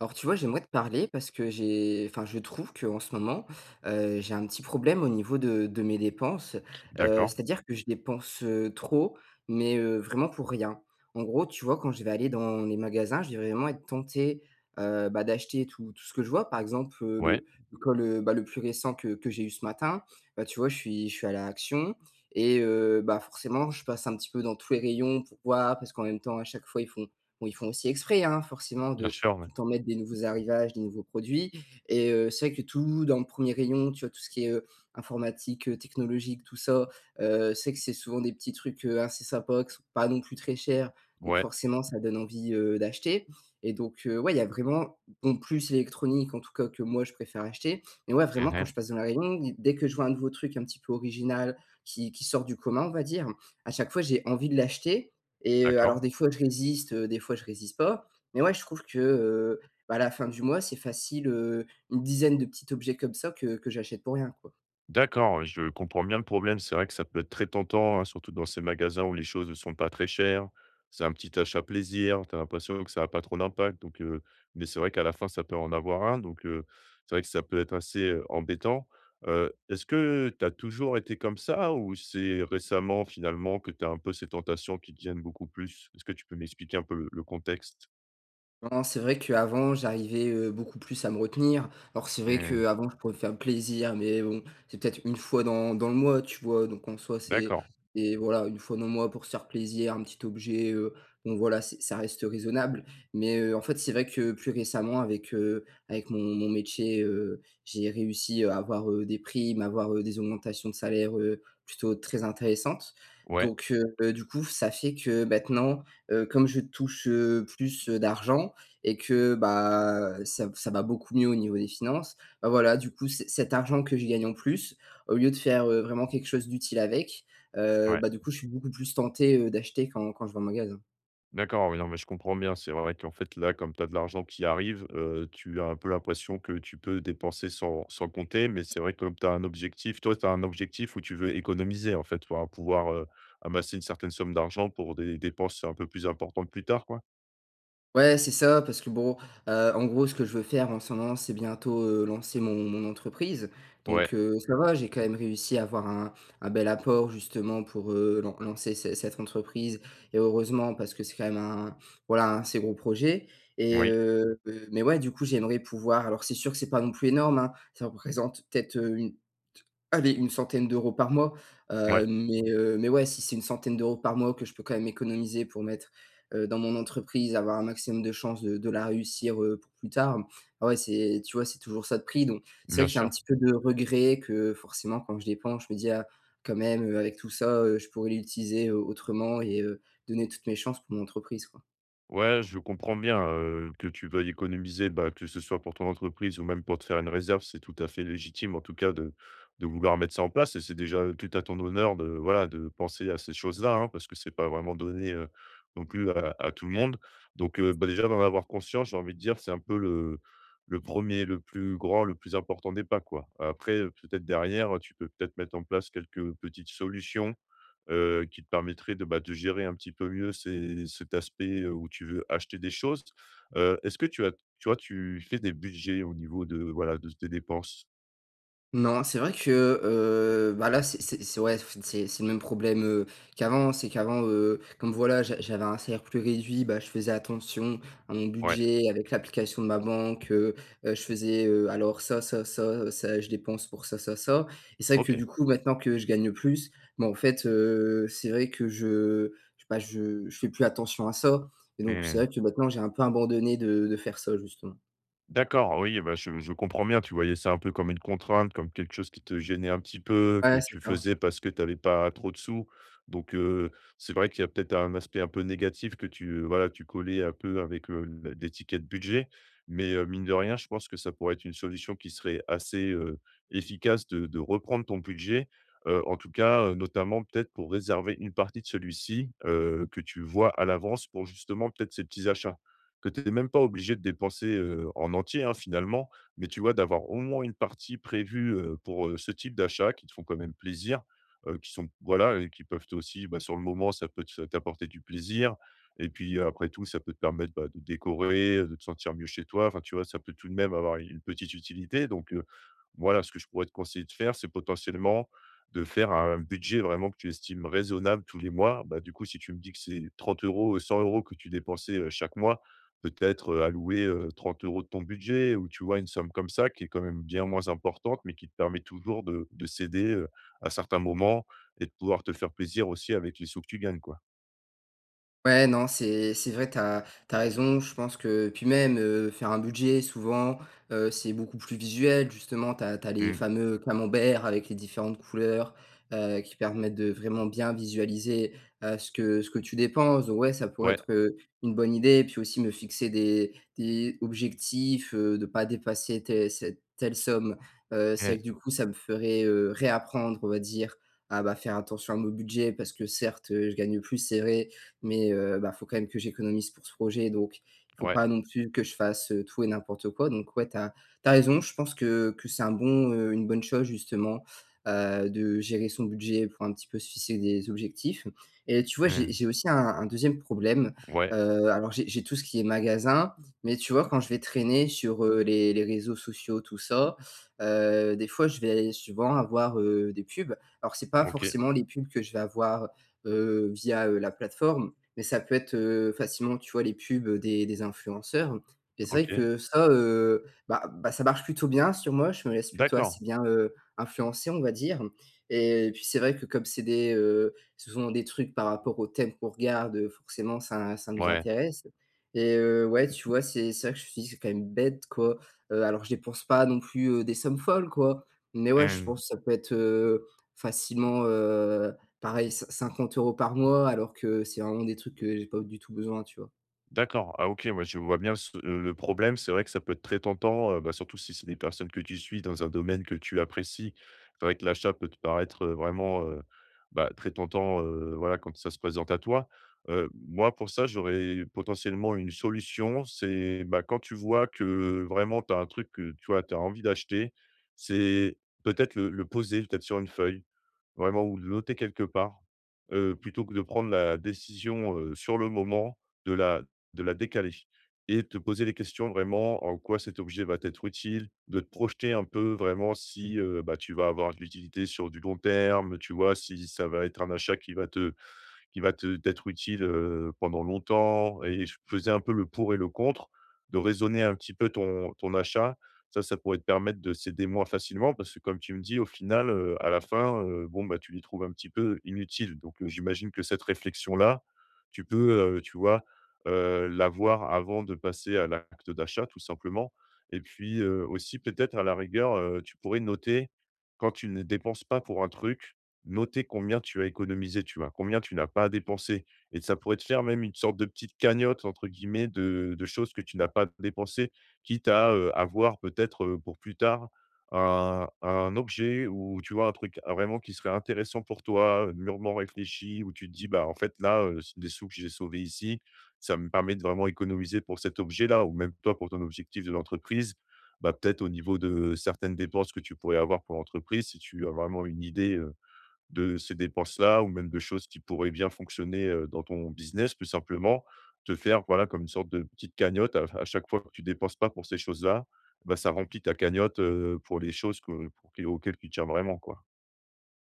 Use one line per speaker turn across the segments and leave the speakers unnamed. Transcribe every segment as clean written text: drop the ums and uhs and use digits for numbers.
Alors tu vois, j'aimerais te parler parce que j'ai enfin je trouve qu'en ce moment, j'ai un petit problème au niveau de mes dépenses.
D'accord.
C'est-à-dire que je dépense, trop, mais vraiment pour rien. En gros, tu vois, quand je vais aller dans les magasins, je vais vraiment être tenté, d'acheter tout ce que je vois. Par exemple,
Ouais,
le col, le plus récent que j'ai eu ce matin, bah, tu vois, je suis à la Action et forcément, je passe un petit peu dans tous les rayons pour voir parce qu'en même temps, à chaque fois, ils font bon, ils font aussi exprès, hein, forcément
bien
de
sûr, ouais.
tout le temps mettre des nouveaux arrivages, des nouveaux produits et c'est vrai que tout dans le premier rayon, tu vois? Tout ce qui est, informatique, technologique, tout ça, c'est souvent des petits trucs, assez sympas qui sont pas non plus très chers, donc
Ouais.
forcément ça donne envie, d'acheter et donc ouais, il y a vraiment bon, plus l'électronique en tout cas que moi je préfère acheter, mais ouais, vraiment quand
Mmh.
je passe dans la rayon, dès que je vois un nouveau truc un petit peu original qui sort du commun, on va dire, à chaque fois j'ai envie de l'acheter et
D'accord.
alors des fois je résiste, des fois je résiste pas mais ouais, je trouve que, à la fin du mois, c'est facile, une dizaine de petits objets comme ça que j'achète pour rien, quoi.
D'accord, je comprends bien le problème. C'est vrai que ça peut être très tentant, hein, surtout dans ces magasins où les choses ne sont pas très chères. C'est un petit achat plaisir, tu as l'impression que ça a pas trop d'impact donc mais c'est vrai qu'à la fin, ça peut en avoir un donc c'est vrai que ça peut être assez, embêtant. Est-ce que tu as toujours été comme ça ou c'est récemment, finalement, que tu as un peu ces tentations qui te viennent beaucoup plus? Est-ce que tu peux m'expliquer un peu le contexte?
Non, c'est vrai qu'avant, j'arrivais, beaucoup plus à me retenir. Alors c'est vrai
Mmh,
qu'avant, je pouvais me faire plaisir, mais bon, c'est peut-être une fois dans le mois, tu vois? Donc en soi, c'est
d'accord.
et voilà, une fois dans le mois pour se faire plaisir, un petit objet, bon voilà, c'est ça reste raisonnable. Mais, en fait, c'est vrai que plus récemment avec, avec mon métier, j'ai réussi à avoir, des primes, avoir, des augmentations de salaire, plutôt très intéressantes.
Ouais,
Donc, du coup, ça fait que maintenant, comme je touche, plus, d'argent, et que bah, ça va beaucoup mieux au niveau des finances, bah, voilà, du coup, c cet argent que je gagne en plus, au lieu de faire, vraiment quelque chose d'utile avec,
ouais.
du coup, je suis beaucoup plus tenté, d'acheter quand je vais en magasin.
D'accord, oui, non, mais je comprends bien. C'est vrai qu'en fait, là, comme tu as de l'argent qui arrive, tu as un peu l'impression que tu peux dépenser sans compter. Mais c'est vrai que comme tu as un objectif, toi, tu as un objectif où tu veux économiser, en fait, pour hein, pouvoir, amasser une certaine somme d'argent pour des dépenses un peu plus importantes plus tard, quoi?
Ouais, c'est ça, parce que bon, en gros, ce que je veux faire en ce moment, c'est bientôt, lancer mon entreprise.
Ouais,
Donc, ça va, j'ai quand même réussi à avoir un bel apport justement pour, lancer ce cette entreprise et heureusement parce que c'est quand même un voilà, un assez gros projet et
oui,
mais ouais, du coup, j'aimerais pouvoir alors c'est sûr que c'est pas non plus énorme, hein, ça représente peut-être, une allez, une centaine d'euros par mois,
ouais,
mais ouais, si c'est une centaine d'euros par mois que je peux quand même économiser pour mettre dans mon entreprise, avoir un maximum de chances de la réussir, pour plus tard. Ah ouais, c'est tu vois, c'est toujours ça de pris donc c'est vrai
bien
qu'il y a un
sûr.
petit peu de regret que forcément quand je dépense, je me dis: «Ah quand même, avec tout ça, je pourrais l'utiliser, autrement et donner toutes mes chances pour mon entreprise, quoi».
Ouais, je comprends bien, que tu veuilles économiser, bah, que ce soit pour ton entreprise ou même pour te faire une réserve, c'est tout à fait légitime en tout cas de vouloir mettre ça en place et c'est déjà tout à ton honneur de, voilà, de penser à ces choses-là, hein, parce que c'est pas vraiment donné, non plus à tout le monde. Donc, bah, déjà d'en avoir conscience, j'ai envie de dire, c'est un peu le premier, le plus grand, le plus important des pas, quoi. Après, peut-être derrière, tu peux peut-être mettre en place quelques petites solutions, qui te permettrait de, bah, de gérer un petit peu mieux ces cet aspect, où tu veux acheter des choses. Est-ce que tu as tu vois, tu fais des budgets au niveau de, voilà, de tes dépenses?
Non, c'est vrai que, là, c'est ouais, c'est le même problème, qu'avant. C'est qu'avant, comme voilà, j'avais un salaire plus réduit, bah, je faisais attention à mon
Ouais,
budget avec l'application de ma banque, je faisais, alors ça, je dépense pour ça, ça, ça et c'est vrai que
OK.
du coup, maintenant que je gagne plus, bah, en fait, c'est vrai que je bah, je fais plus attention à ça et donc c'est
Mmh.
vrai que maintenant j'ai un peu abandonné de faire ça, justement.
D'accord, oui, bah, je comprends bien. Tu voyais ça un peu comme une contrainte, comme quelque chose qui te gênait un petit peu, que
Ouais, c'est
tu
ça.
faisais parce que tu avais pas trop de sous. Donc, c'est vrai qu'il y a peut-être un aspect un peu négatif que tu, voilà, tu collais un peu avec, l'étiquette budget. Mais, mine de rien, je pense que ça pourrait être une solution qui serait assez, efficace de reprendre ton budget. En tout cas, notamment peut-être pour réserver une partie de celui-ci, que tu vois à l'avance pour justement peut-être ces petits achats que tu es même pas obligé de dépenser, en entier, hein, finalement, mais tu vois, d'avoir au moins une partie prévue, pour, ce type d'achats qui te font quand même plaisir, qui sont voilà et qui peuvent aussi, bah, sur le moment, ça peut te t'apporter du plaisir et puis, après tout, ça peut te permettre, bah, de décorer, de te sentir mieux chez toi. Enfin, tu vois, ça peut tout de même avoir une petite utilité donc voilà, ce que je pourrais te conseiller de faire, c'est potentiellement de faire un budget vraiment que tu estimes raisonnable tous les mois. Bah, du coup, si tu me dis que c'est 30 € 100 € que tu dépensais, chaque mois, peut-être, allouer, 30 € de ton budget ou tu vois? Une somme comme ça qui est quand même bien moins importante, mais qui te permet toujours de céder, à certains moments et de pouvoir te faire plaisir aussi avec les sous que tu gagnes, quoi.
Ouais, non, c'est vrai, t'as raison. Je pense que puis même, faire un budget souvent, c'est beaucoup plus visuel. Justement, t'as les
Mmh.
fameux camemberts avec les différentes couleurs, qui permettent de vraiment bien visualiser, ce que tu dépenses. Donc ouais, ça pourrait
Ouais.
être, une bonne idée. Puis aussi me fixer des objectifs, de pas dépasser telle somme. C'est vrai que du
Mmh.
coup, ça me ferait, réapprendre, on va dire, à, bah, faire attention à mon budget parce que certes, je gagne plus, c'est vrai, mais faut quand même que j'économise pour ce projet, donc il faut
Ouais.
pas non plus que je fasse, tout et n'importe quoi, donc ouais, t'as as raison. Je pense que c'est une bonne chose justement, de gérer son budget pour un petit peu se fixer des objectifs et tu vois, j'ai
Mmh.
j'ai aussi un 2e problème,
Ouais.
alors j'ai tout ce qui est magasin, mais tu vois, quand je vais traîner sur, les réseaux sociaux, tout ça, des fois, je vais souvent avoir, des pubs. Alors c'est pas
OK.
forcément les pubs que je vais avoir, via, la plateforme, mais ça peut être, facilement, tu vois, les pubs des influenceurs et c'est vrai
OK.
que ça, ça marche plutôt bien sur moi. Je me laisse plutôt
D'accord.
assez bien, influencer, on va dire et puis, c'est vrai que comme ce sont des trucs par rapport au thème qu'on regarde, forcément ça nous
Ouais.
intéresse et ouais, tu vois, c'est vrai que je me suis dit: «C'est quand même bête, quoi». Alors je dépense pas non plus, des sommes folles, quoi, mais ouais, je
Mmh.
pense que ça peut être, facilement, pareil, 50 € par mois alors que c'est vraiment des trucs que j'ai pas du tout besoin, tu vois?
D'accord. Ah, OK. Moi, je vois bien ce le problème. C'est vrai que ça peut être très tentant, bah, surtout si c'est des personnes que tu suis dans un domaine que tu apprécies. C'est vrai que l'achat peut te paraître, vraiment, bah, très tentant, voilà, quand ça se présente à toi. Moi, pour ça, j'aurais potentiellement une solution. C'est, bah, quand tu vois que vraiment tu as un truc que, tu vois, tu as envie d'acheter, c'est peut-être le poser, peut-être sur une feuille, vraiment ou le noter quelque part, plutôt que de prendre la décision, sur le moment de la de la décaler et te poser les questions vraiment en quoi cet objet va t'être utile, de te projeter un peu vraiment si, bah, tu vas avoir de l'utilité sur du long terme, tu vois? Si ça va être un achat qui va te t'être utile, pendant longtemps et je faisais un peu le pour et le contre, de raisonner un petit peu ton achat. Ça pourrait te permettre de céder moins facilement parce que comme tu me dis, au final, à la fin, bon, bah, tu les trouves un petit peu inutiles. Donc j'imagine que cette réflexion-là, tu peux, tu vois, l'avoir avant de passer à l'acte d'achat, tout simplement et puis, aussi peut-être à la rigueur, tu pourrais noter quand tu ne dépenses pas pour un truc, noter combien tu as économisé, tu vois? Combien tu n'as pas à dépenser et ça pourrait te faire même une sorte de petite «cagnotte» entre guillemets de choses que tu n'as pas dépensées, quitte à, avoir peut-être, pour plus tard un objet ou tu vois? Un truc vraiment qui serait intéressant pour toi, mûrement réfléchi où tu te dis: «Bah, en fait là, c'est des sous que j'ai sauvés ici, ça me permet de vraiment économiser pour cet objet-là» ou même toi pour ton objectif de l'entreprise, bah, peut-être au niveau de certaines dépenses que tu pourrais avoir pour l'entreprise, si tu as vraiment une idée, de ces dépenses-là ou même de choses qui pourraient bien fonctionner, dans ton business, plus simplement. Te faire, voilà, comme une sorte de petite cagnotte à chaque fois que tu dépenses pas pour ces choses-là, bah, ça remplit ta cagnotte, pour les choses que pour que auxquelles tu tiens vraiment, quoi.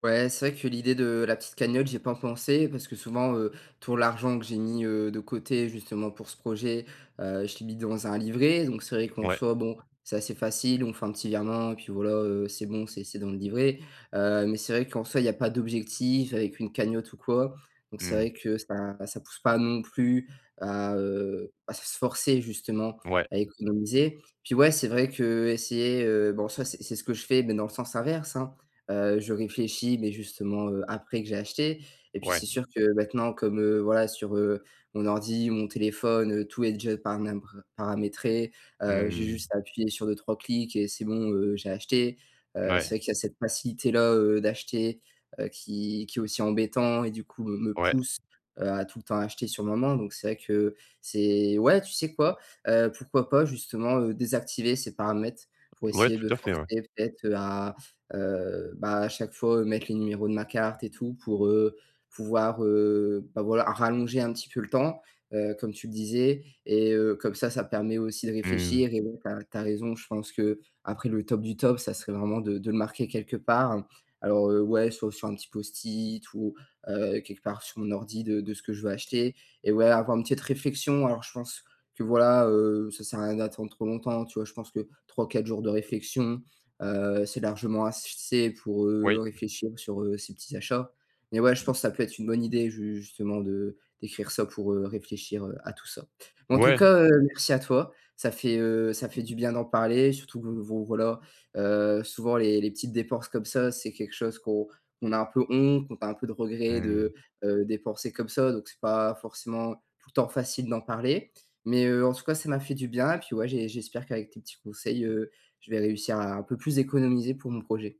Ouais, c'est vrai que l'idée de la petite cagnotte, j'ai pas pensé parce que souvent, tout l'argent que j'ai mis, de côté justement pour ce projet, je l'ai mis dans un livret. Donc c'est vrai qu'en
Ouais.
soi, bon, c'est assez facile, on fait un petit virement et puis voilà, c'est bon, c'est dans le livret. Mais c'est vrai qu'en soi, il y a pas d'objectif avec une cagnotte ou quoi. Donc c'est
Mmh.
vrai que ça pousse pas non plus à se forcer justement
Ouais,
à économiser. Puis ouais, c'est vrai qu'essayer, bon ça c'est ce que je fais, mais dans le sens inverse, hein. Je réfléchis, mais justement, après que j'ai acheté et puis
ouais.
c'est sûr que maintenant comme, voilà sur, mon ordi, mon téléphone, tout est déjà paramèbre paramétré. J'ai
Mmh.
juste à appuyer sur deux trois clics et c'est bon, j'ai acheté.
Ouais,
C'est vrai qu'il y a cette facilité-là, d'acheter, qui est aussi embêtant et du coup me
ouais.
pousse, à tout le temps acheter sur le moment. Donc c'est vrai que c'est ouais, tu sais quoi? Pourquoi pas justement, désactiver ces paramètres pour
Ouais,
essayer
tout
de
à fait,
forcer
ouais.
peut-être, à chaque fois, mettre les numéros de ma carte et tout pour, pouvoir, voilà, rallonger un petit peu le temps, comme tu le disais et comme ça permet aussi de
Mmh.
réfléchir et ouais, tu as raison, je pense que après le top du top, ça serait vraiment de le marquer quelque part. Alors, ouais, soit sur un petit post-it ou, quelque part sur mon ordi de ce que je veux acheter et ouais, avoir une petite réflexion. Alors je pense que voilà, ça sert à rien d'attendre trop longtemps, tu vois? Je pense que trois quatre jours de réflexion, c'est largement assez pour,
Oui.
réfléchir sur, ses petits achats. Mais ouais, je pense que ça peut être une bonne idée ju justement de d'écrire ça pour, réfléchir, à tout ça. Mais en tout
Ouais.
cas, merci à toi. Ça fait du bien d'en parler, surtout que vo voilà, souvent les petites dépenses comme ça, c'est quelque chose qu'on a un peu honte, qu'on a un peu de regret
Mmh.
de, dépenser comme ça, donc c'est pas forcément tout le temps facile d'en parler. Mais, en tout cas, ça m'a fait du bien et puis ouais, j'espère qu'avec tes petits conseils, je vais réussir à un peu plus économiser pour mon projet.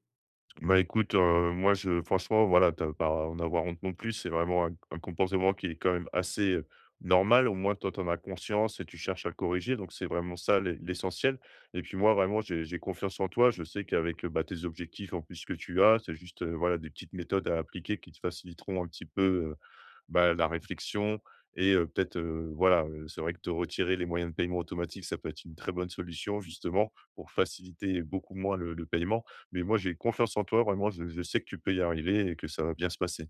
Bah, écoute, moi, je franchement, voilà, tu pas à en avoir honte non plus. C'est vraiment un comportement qui est quand même assez, normal. Au moins, toi, t'en as conscience et tu cherches à le corriger, donc c'est vraiment ça l'essentiel et puis moi, vraiment, j'ai confiance en toi. Je sais qu'avec, bah, tes objectifs en plus que tu as, c'est juste, voilà, des petites méthodes à appliquer qui te faciliteront un petit peu, bah, la réflexion et peut-être, voilà, c'est vrai que te retirer les moyens de paiement automatiques, ça peut être une très bonne solution justement pour faciliter beaucoup moins le paiement. Mais moi, j'ai confiance en toi, vraiment, je sais que tu peux y arriver et que ça va bien se passer.